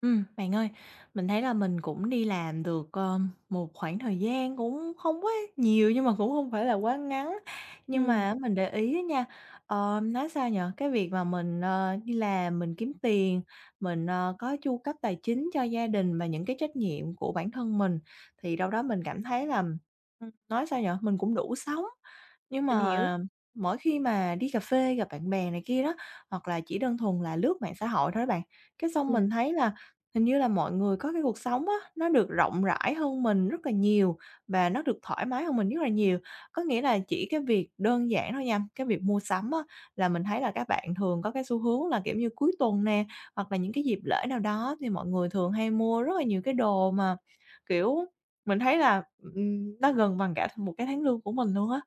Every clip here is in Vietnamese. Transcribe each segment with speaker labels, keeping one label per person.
Speaker 1: Bạn ơi, mình thấy là mình cũng đi làm được, một khoảng thời gian cũng không quá nhiều nhưng mà cũng không phải là quá ngắn. Nhưng
Speaker 2: Ừm,
Speaker 1: mà mình để ý á nha, nói sao nhở cái việc mà mình, đi làm, mình kiếm tiền, mình, có chu cấp tài chính cho gia đình và những cái trách nhiệm của bản thân mình, thì đâu đó mình cảm thấy là, nói sao nhở mình cũng đủ sống. Nhưng
Speaker 2: mình hiểu.
Speaker 1: mà mỗi khi mà đi cà phê gặp bạn bè này kia đó, hoặc là chỉ đơn thuần là lướt mạng xã hội thôi đó bạn, cái xong mình
Speaker 2: Ừm,
Speaker 1: thấy là hình như là mọi người có cái cuộc sống á, nó được rộng rãi hơn mình rất là nhiều và nó được thoải mái hơn mình rất là nhiều. Có nghĩa là chỉ cái việc đơn giản thôi nha, cái việc mua sắm á, là mình thấy là các bạn thường có cái xu hướng là, kiểu như, cuối tuần nè, hoặc là những cái dịp lễ nào đó thì mọi người thường hay mua rất là nhiều cái đồ mà, kiểu, mình thấy là, nó gần bằng cả một cái tháng lương của mình luôn á.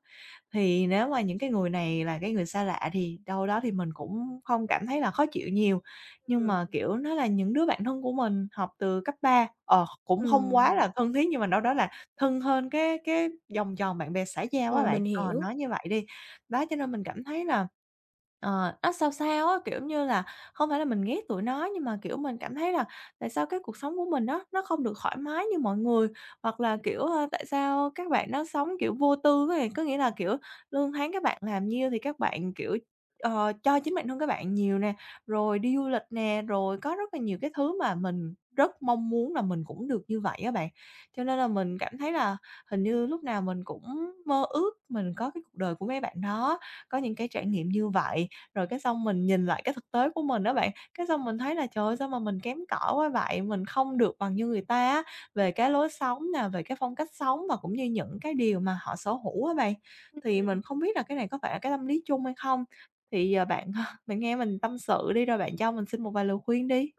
Speaker 1: Thì nếu mà những cái người này là cái người xa lạ thì đâu đó thì mình cũng không cảm thấy là khó chịu nhiều, nhưng mà,
Speaker 2: ừm,
Speaker 1: kiểu, nó là những đứa bạn thân của mình học từ cấp ba, cũng không quá là
Speaker 2: ừm.
Speaker 1: thân thiết nhưng mà đâu đó là thân hơn cái vòng tròn bạn bè xã giao á
Speaker 2: Ờ,
Speaker 1: bạn,
Speaker 2: mình
Speaker 1: ờ,
Speaker 2: hiểu.
Speaker 1: nói như vậy đi. Đó, cho nên mình cảm thấy là, nó sao sao á, kiểu như là, không phải là mình ghét tụi nó nhưng mà, kiểu, mình cảm thấy là tại sao cái cuộc sống của mình đó nó không được thoải mái như mọi người, hoặc là, kiểu, ơ, tại sao các bạn nó sống, kiểu, vô tư á bạn, có nghĩa là, kiểu, lương tháng các bạn làm nhiêu thì các bạn, kiểu, cho chính bản thân các bạn nhiều nè, rồi đi du lịch nè, rồi có rất là nhiều cái thứ mà mình rất mong muốn là mình cũng được như vậy á bạn. Cho nên là mình cảm thấy là hình như lúc nào mình cũng mơ ước mình có cái cuộc đời của mấy bạn đó, có những cái trải nghiệm như vậy, rồi cái xong mình nhìn lại cái thực tế của mình đó bạn, cái xong mình thấy là "Trời ơi, sao mà mình kém cỏi quá vậy, mình không được bằng như người ta á." Về cái lối sống nè, về cái phong cách sống và cũng như những cái điều mà họ sở hữu á bạn. Thì mình không biết là cái này có phải là cái tâm lý chung hay không? Thì giờ bạn ờ, bạn nghe mình tâm sự đi, rồi bạn cho mình xin một vài lời khuyên đi.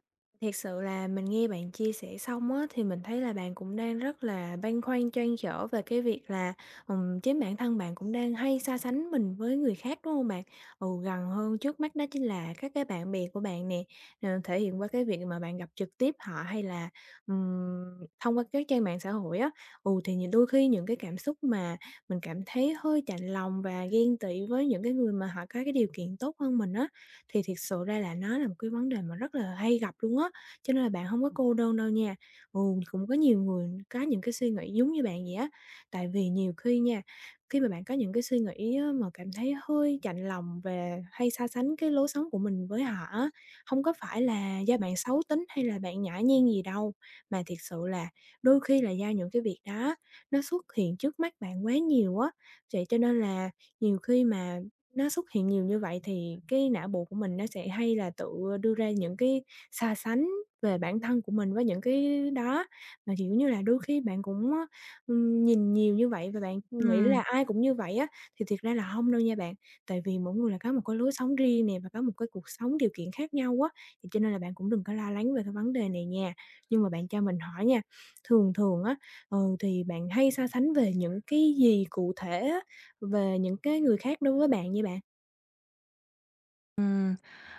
Speaker 2: Thiệt sự là mình nghe bạn chia sẻ xong á, thì mình thấy là bạn cũng đang rất là băn khoăn trăn trở về cái việc là, chính bản thân bạn cũng đang hay so sánh mình với người khác, đúng không bạn? Ừ, gần hơn trước mắt đó chính là các cái bạn bè của bạn nè, thể hiện qua cái việc mà bạn gặp trực tiếp họ hay là, ừm, thông qua các trang mạng xã hội á. Ừ, thì nhiều đôi khi những cái cảm xúc mà mình cảm thấy hơi chạnh lòng và ghen tị với những cái người mà họ có cái điều kiện tốt hơn mình á, thì thiệt sự ra là nó là một cái vấn đề mà rất là hay gặp luôn á. Cho nên là bạn không có cô đơn đâu nha. Ừ, cũng có nhiều người có những cái suy nghĩ giống như bạn vậy á. Tại vì nhiều khi nha, khi mà bạn có những cái suy nghĩ á mà cảm thấy hơi chạnh lòng về hay so sánh cái lối sống của mình với họ á, hông có phải là do bạn xấu tính hay là bạn nhã nhiên gì đâu, mà thiệt sự là đôi khi là do những cái việc đó nó xuất hiện trước mắt bạn quá nhiều á. Vậy cho nên là nhiều khi mà nó xuất hiện nhiều như vậy thì cái não bộ của mình nó sẽ hay là tự đưa ra những cái so sánh về bản thân của mình với những cái đó. Mà, kiểu như là, đôi khi bạn cũng á, nhìn nhiều như vậy và bạn nghĩ
Speaker 1: Ừm.
Speaker 2: là ai cũng như vậy á, thì thiệt ra là hông đâu nha bạn. Tại vì mỗi người là có một cái lối sống riêng nè và có một cái cuộc sống, điều kiện khác nhau á, thì cho nên là bạn cũng đừng có lo lắng về cái vấn đề này nha. Nhưng mà bạn cho mình hỏi nha, thường thường á, thì bạn hay so sánh về những cái gì cụ thể á, về những cái người khác đối với bạn vậy bạn?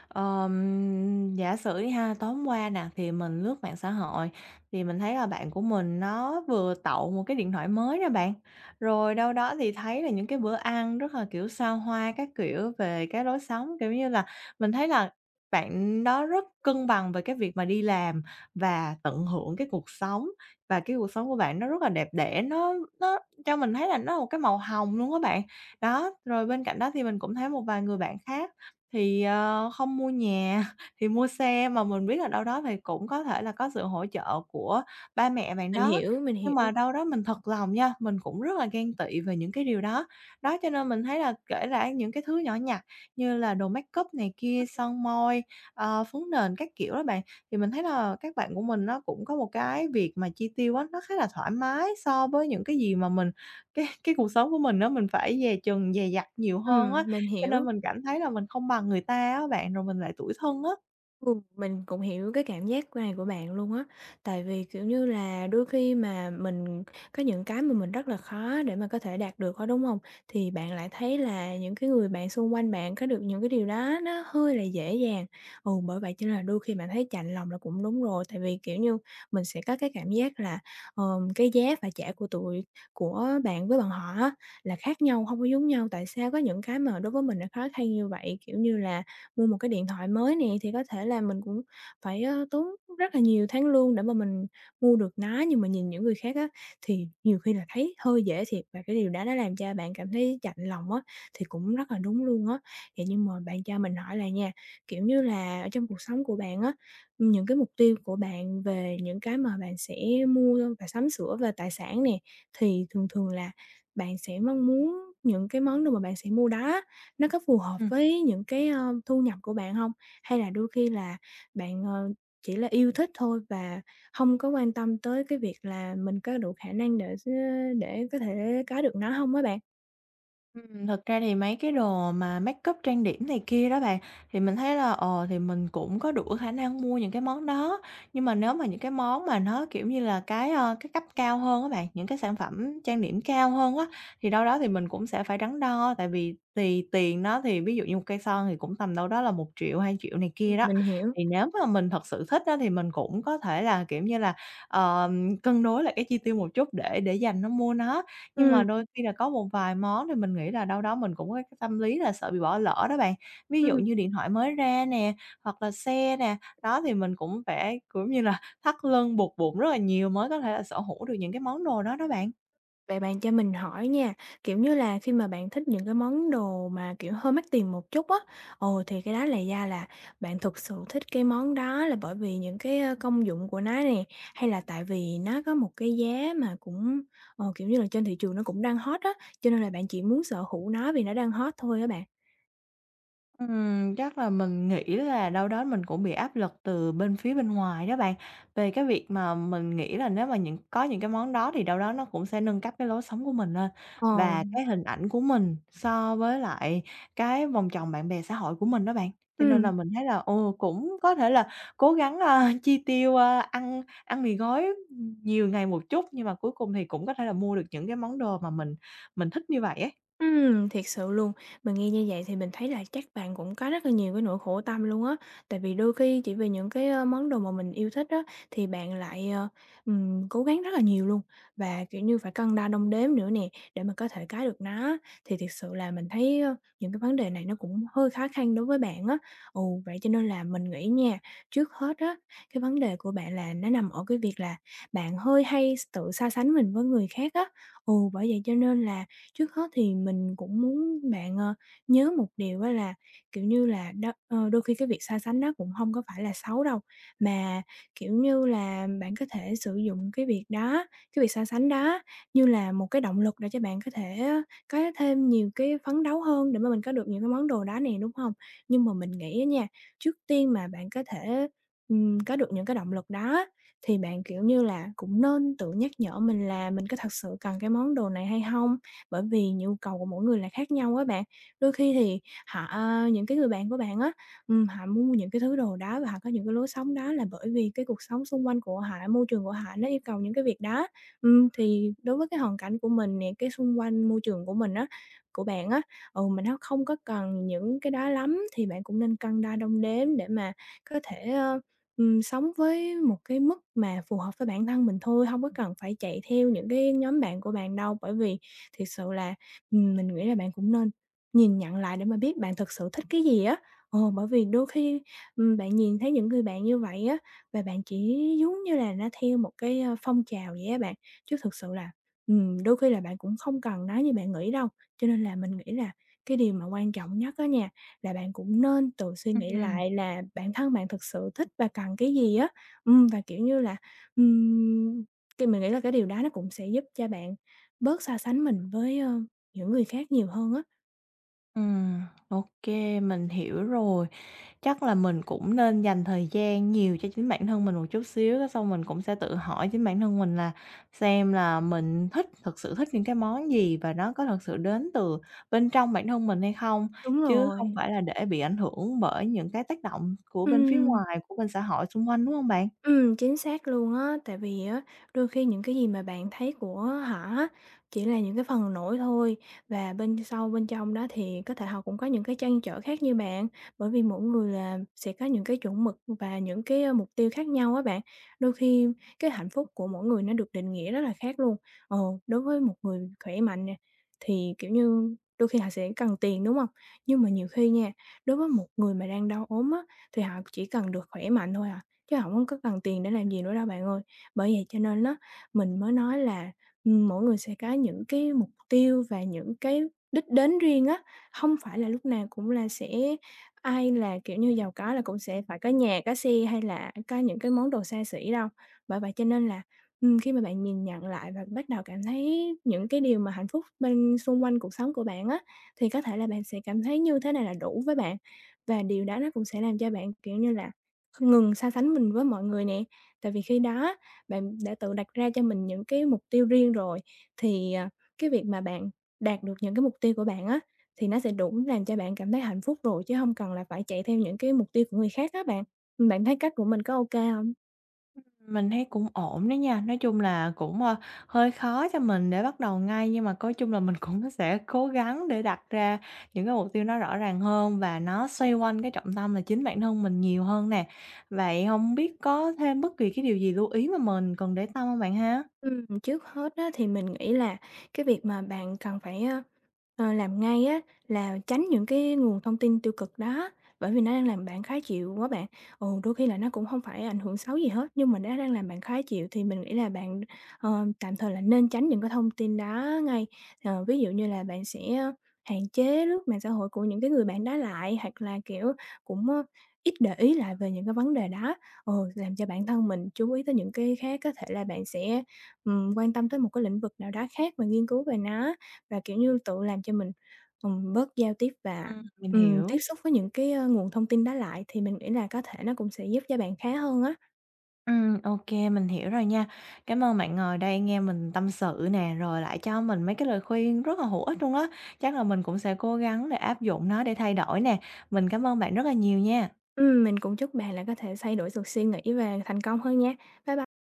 Speaker 1: Giả sử đi ha, tối hôm qua nè, thì mình lướt mạng xã hội thì mình thấy là bạn của mình nó vừa tậu một cái điện thoại mới nè bạn. Rồi đâu đó thì thấy là những cái bữa ăn rất là, kiểu, xa hoa các kiểu về cái lối sống, kiểu như là, mình thấy là bạn đó rất cân bằng về cái việc mà đi làm và tận hưởng cái cuộc sống. Và cái cuộc sống của bạn nó rất là đẹp đẽ, nó cho mình thấy là nó là một cái màu hồng luôn á bạn. Đó, rồi bên cạnh đó thì mình cũng thấy một vài người bạn khác thì, ờ, không mua nhà thì mua xe, mà mình biết là đâu đó thì cũng có thể là có sự hỗ trợ của ba mẹ bạn
Speaker 2: Mình
Speaker 1: đó.
Speaker 2: hiểu, mình
Speaker 1: Nhưng mà
Speaker 2: hiểu.
Speaker 1: đâu đó mình thật lòng nha, mình cũng rất là ghen tị về những cái điều đó. Đó, cho nên mình thấy là kể cả những cái thứ nhỏ nhặt như là đồ make up này kia, son môi, phấn nền các kiểu đó bạn, thì mình thấy là các bạn của mình nó cũng có một cái việc mà chi tiêu á, nó khá là thoải mái so với những cái gì mà mình cái cuộc sống của mình đó mình phải dè chừng dè dặt nhiều hơn á.
Speaker 2: Mình
Speaker 1: Cho nên
Speaker 2: hiểu.
Speaker 1: mình cảm thấy là mình không bằng người ta á bạn, rồi mình lại tủi thân á.
Speaker 2: Ừ, mình cũng hiểu cái cảm giác này của bạn luôn á. Tại vì, kiểu như là, đôi khi mà mình có những cái mà mình rất là khó để mà có thể đạt được á, đúng không? Thì bạn lại thấy là những cái người bạn xung quanh bạn có được những cái điều đó nó hơi là dễ dàng. Ừ, bởi vậy cho nên là đôi khi bạn thấy chạnh lòng là cũng đúng rồi, tại vì, kiểu như, mình sẽ có cái cảm giác là, cái giá phải trả của tụi của bạn với bọn họ á là khác nhau, không có giống nhau. Tại sao có những cái mà đối với mình nó khó khăn như vậy? Kiểu như là, mua một cái điện thoại mới nè, thì có thể là mình cũng phải, tốn rất là nhiều tháng lương để mà mình mua được nó. Nhưng mà nhìn những người khác á, thì nhiều khi là thấy hơi dễ thiệt và cái điều đó nó làm cho bạn cảm thấy chạnh lòng á, thì cũng rất là đúng luôn á. Vậy nhưng mà bạn cho mình hỏi là nha, kiểu như là, ở trong cuộc sống của bạn á, những cái mục tiêu của bạn về những cái mà bạn sẽ mua và sắm sửa về tài sản nè, thì thường thường là bạn sẽ mong muốn những cái món đồ mà bạn sẽ mua đó nó có phù hợp với những cái, thu nhập của bạn không? Hay là đôi khi là bạn, chỉ là yêu thích thôi và không có quan tâm tới cái việc là mình có đủ khả năng để để có thể có được nó không á bạn?
Speaker 1: Thật ra thì mấy cái đồ mà make up trang điểm này kia đó bạn, thì mình thấy là, thì mình cũng có đủ khả năng mua những cái món đó. Nhưng mà nếu mà những cái món mà nó, kiểu như là, cái, ơ, cái cấp cao hơn các bạn, những cái sản phẩm trang điểm cao hơn á, thì đâu đó thì mình cũng sẽ phải đắn đo, tại vì thì tiền nó thì ví dụ như một cây son thì cũng tầm đâu đó là 1 triệu 2 triệu này
Speaker 2: Ừm.
Speaker 1: kia đó.
Speaker 2: Mình hiểu.
Speaker 1: Thì nếu mà mình thật sự thích á, thì mình cũng có thể là, kiểu như là, ờ, cân đối lại cái chi tiêu một chút để dành nó mua nó. Nhưng mà
Speaker 2: Ừm,
Speaker 1: đôi khi là có một vài món thì mình nghĩ là đâu đó mình cũng có cái tâm lý là sợ bị bỏ lỡ đó bạn. Ví dụ
Speaker 2: ừm.
Speaker 1: như điện thoại mới ra nè, hoặc là xe nè, đó thì mình cũng phải, cũng như là, thắt lưng buộc bụng rất là nhiều mới có thể là sở hữu được những cái món đồ đó đó bạn.
Speaker 2: Vậy bạn cho mình hỏi nha, kiểu như là, khi mà bạn thích những cái món đồ mà, kiểu, hơi mắc tiền một chút á, thì cái đó là do là bạn thực sự thích cái món đó là bởi vì những cái, công dụng của nó nè, hay là tại vì nó có một cái giá mà cũng, kiểu như là, trên thị trường nó cũng đang hot á, cho nên là bạn chỉ muốn sở hữu nó vì nó đang hot thôi á bạn?
Speaker 1: Chắc là mình nghĩ là đâu đó mình cũng bị áp lực từ bên phía bên ngoài đó bạn. Về cái việc mà mình nghĩ là nếu mà những có những cái món đó thì đâu đó nó cũng sẽ nâng cấp cái lối sống của mình lên,
Speaker 2: Ờ,
Speaker 1: và cái hình ảnh của mình so với lại cái vòng tròn bạn bè xã hội của mình đó bạn. Cho nên là
Speaker 2: ừm.
Speaker 1: mình thấy là, ồ, cũng có thể là cố gắng, chi tiêu, ăn ăn mì gói nhiều ngày một chút, nhưng mà cuối cùng thì cũng có thể là mua được những cái món đồ mà mình thích như vậy ấy.
Speaker 2: Thiệt sự luôn, mình nghe như vậy thì mình thấy là chắc bạn cũng có rất là nhiều cái nỗi khổ tâm luôn á. Tại vì đôi khi chỉ vì những cái, món đồ mà mình yêu thích á, thì bạn lại, cố gắng rất là nhiều luôn, và, kiểu như, phải cân đo đong đếm nữa nè, để mà có thể cái được nó. Thì thiệt sự là mình thấy, những cái vấn đề này nó cũng hơi khó khăn đối với bạn á. Vậy cho nên là mình nghĩ nha, trước hết á, cái vấn đề của bạn là nó nằm ở cái việc là bạn hơi hay tự so sánh mình với người khác á. Bởi vậy cho nên là trước hết thì mình cũng muốn bạn, nhớ một điều đó là, kiểu như là, đôi khi cái việc so sánh nó cũng không có phải là xấu đâu, mà, kiểu như là, bạn có thể sử dụng cái việc đó, cái việc so sánh đó như là một cái động lực để cho bạn có thể á có thêm nhiều cái phấn đấu hơn để mà mình có được những cái món đồ đó nè, đúng không? Nhưng mà mình nghĩ á nha, trước tiên mà bạn có thể, có được những cái động lực đó thì bạn, kiểu như là, cũng nên tự nhắc nhở mình là mình có thật sự cần cái món đồ này hay không, bởi vì nhu cầu của mỗi người là khác nhau á bạn. Đôi khi thì họ những cái người bạn của bạn á, họ mua những cái thứ đồ đó và họ có những cái lối sống đó là bởi vì cái cuộc sống xung quanh của họ, môi trường của họ nó yêu cầu những cái việc đó. Thì đối với cái hoàn cảnh của mình nè, cái xung quanh môi trường của mình á, của bạn á, mình nó không có cần những cái đó lắm thì bạn cũng nên cân đo đong đếm để mà có thể, sống với một cái mức mà phù hợp với bản thân mình thôi, không có cần phải chạy theo những cái nhóm bạn của bạn đâu. Bởi vì thực sự là, mình nghĩ là bạn cũng nên nhìn nhận lại để mà biết bạn thực sự thích cái gì á. Ờ, bởi vì đôi khi, bạn nhìn thấy những người bạn như vậy á, và bạn chỉ giống như là nó theo một cái, phong trào vậy á bạn, chứ thực sự là, đôi khi là bạn cũng không cần nó như bạn nghĩ đâu. Cho nên là mình nghĩ là cái điều mà quan trọng nhất á nha, là bạn cũng nên tự suy nghĩ
Speaker 1: Ừm.
Speaker 2: lại là bản thân bạn thực sự thích và cần cái gì á. Và, kiểu như là, ừm, cái mình nghĩ là cái điều đó nó cũng sẽ giúp cho bạn bớt so sánh mình với, những người khác nhiều hơn á.
Speaker 1: Ừm, ok, mình hiểu rồi. Chắc là mình cũng nên dành thời gian nhiều cho chính bản thân mình một chút xíu, cái xong mình cũng sẽ tự hỏi chính bản thân mình là xem là mình thích thực sự thích những cái món gì và nó có thật sự đến từ bên trong bản thân mình hay không,
Speaker 2: Đúng
Speaker 1: chứ không
Speaker 2: rồi,
Speaker 1: phải là để bị ảnh hưởng bởi những cái tác động của bên phía
Speaker 2: ừm.
Speaker 1: ngoài, của bên xã hội xung quanh, đúng không bạn?
Speaker 2: Chính xác luôn á, tại vì á, đôi khi những cái gì mà bạn thấy của họ á, chỉ là những cái phần nổi thôi và bên sau bên trong đó thì có thể họ cũng có những cái trăn trở khác như bạn, bởi vì mỗi người là sẽ có những cái chuẩn mực và những cái, mục tiêu khác nhau á bạn. Đôi khi cái hạnh phúc của mỗi người nó được định nghĩa rất là khác luôn. Ờ, đối với một người khỏe mạnh nè, thì, kiểu như, đôi khi họ sẽ cần tiền, đúng không? Nhưng mà nhiều khi nha, đối với một người mà đang đau ốm á, thì họ chỉ cần được khỏe mạnh thôi à chứ hổng có cần tiền để làm gì nữa đâu bạn ơi. Bởi vậy cho nên á, mình mới nói là, mỗi người sẽ có những cái mục tiêu và những cái đích đến riêng á, hông phải là lúc nào cũng là sẽ ai là, kiểu như, giàu có là cũng sẽ phải có nhà, có xe hay là có những cái món đồ xa xỉ đâu. Bởi vậy cho nên là, khi mà bạn nhìn nhận lại và bắt đầu cảm thấy những cái điều mà hạnh phúc bên xung quanh cuộc sống của bạn á, thì có thể là bạn sẽ cảm thấy như thế này là đủ với bạn. Và điều đó nó cũng sẽ làm cho bạn, kiểu như là, không ngừng so sánh mình với mọi người nè, tại vì khi đó bạn đã tự đặt ra cho mình những cái mục tiêu riêng rồi, thì, cái việc mà bạn đạt được những cái mục tiêu của bạn á, thì nó sẽ đủ làm cho bạn cảm thấy hạnh phúc rồi, chứ không cần là phải chạy theo những cái mục tiêu của người khác á bạn. Bạn thấy cách của mình có ok không?
Speaker 1: Mình thấy cũng ổn đấy nha, nói chung là cũng, ơ, hơi khó cho mình để bắt đầu ngay, nhưng mà coi chung là mình cũng sẽ cố gắng để đặt ra những cái mục tiêu nó rõ ràng hơn và nó xoay quanh cái trọng tâm là chính bản thân mình nhiều hơn nè. Vậy không biết có thêm bất kỳ cái điều gì lưu ý mà mình cần để tâm không bạn ha?
Speaker 2: Trước hết á, thì mình nghĩ là cái việc mà bạn cần phải, làm ngay á, là tránh những cái nguồn thông tin tiêu cực đó, bởi vì nó đang làm bạn khó chịu quá bạn. Ồ, đôi khi là nó cũng không phải ảnh hưởng xấu gì hết, nhưng mà nó đang làm bạn khó chịu thì mình nghĩ là bạn, tạm thời là nên tránh những cái thông tin đó ngay. Ờ, ví dụ như là bạn sẽ hạn chế lướt mạng xã hội của những cái người bạn đó lại, hoặc là, kiểu, cũng, ít để ý lại về những cái vấn đề đó. Ồ, làm cho bản thân mình chú ý tới những cái khác, có thể là bạn sẽ quan tâm tới một cái lĩnh vực nào đó khác và nghiên cứu về nó, và, kiểu như, tự làm cho mình, bớt giao tiếp và,
Speaker 1: Mình hiểu.
Speaker 2: tiếp xúc với những cái, nguồn thông tin đó lại thì mình nghĩ là có thể nó cũng sẽ giúp cho bạn khá hơn á.
Speaker 1: Ok mình hiểu rồi nha. Cảm ơn bạn ngồi đây nghe mình tâm sự nè, rồi lại cho mình mấy cái lời khuyên rất là hữu ích luôn á. Chắc là mình cũng sẽ cố gắng để áp dụng nó để thay đổi nè. Mình cảm ơn bạn rất là nhiều nha.
Speaker 2: Mình cũng chúc bạn là có thể thay đổi được suy nghĩ và thành công hơn nha. Bye bye.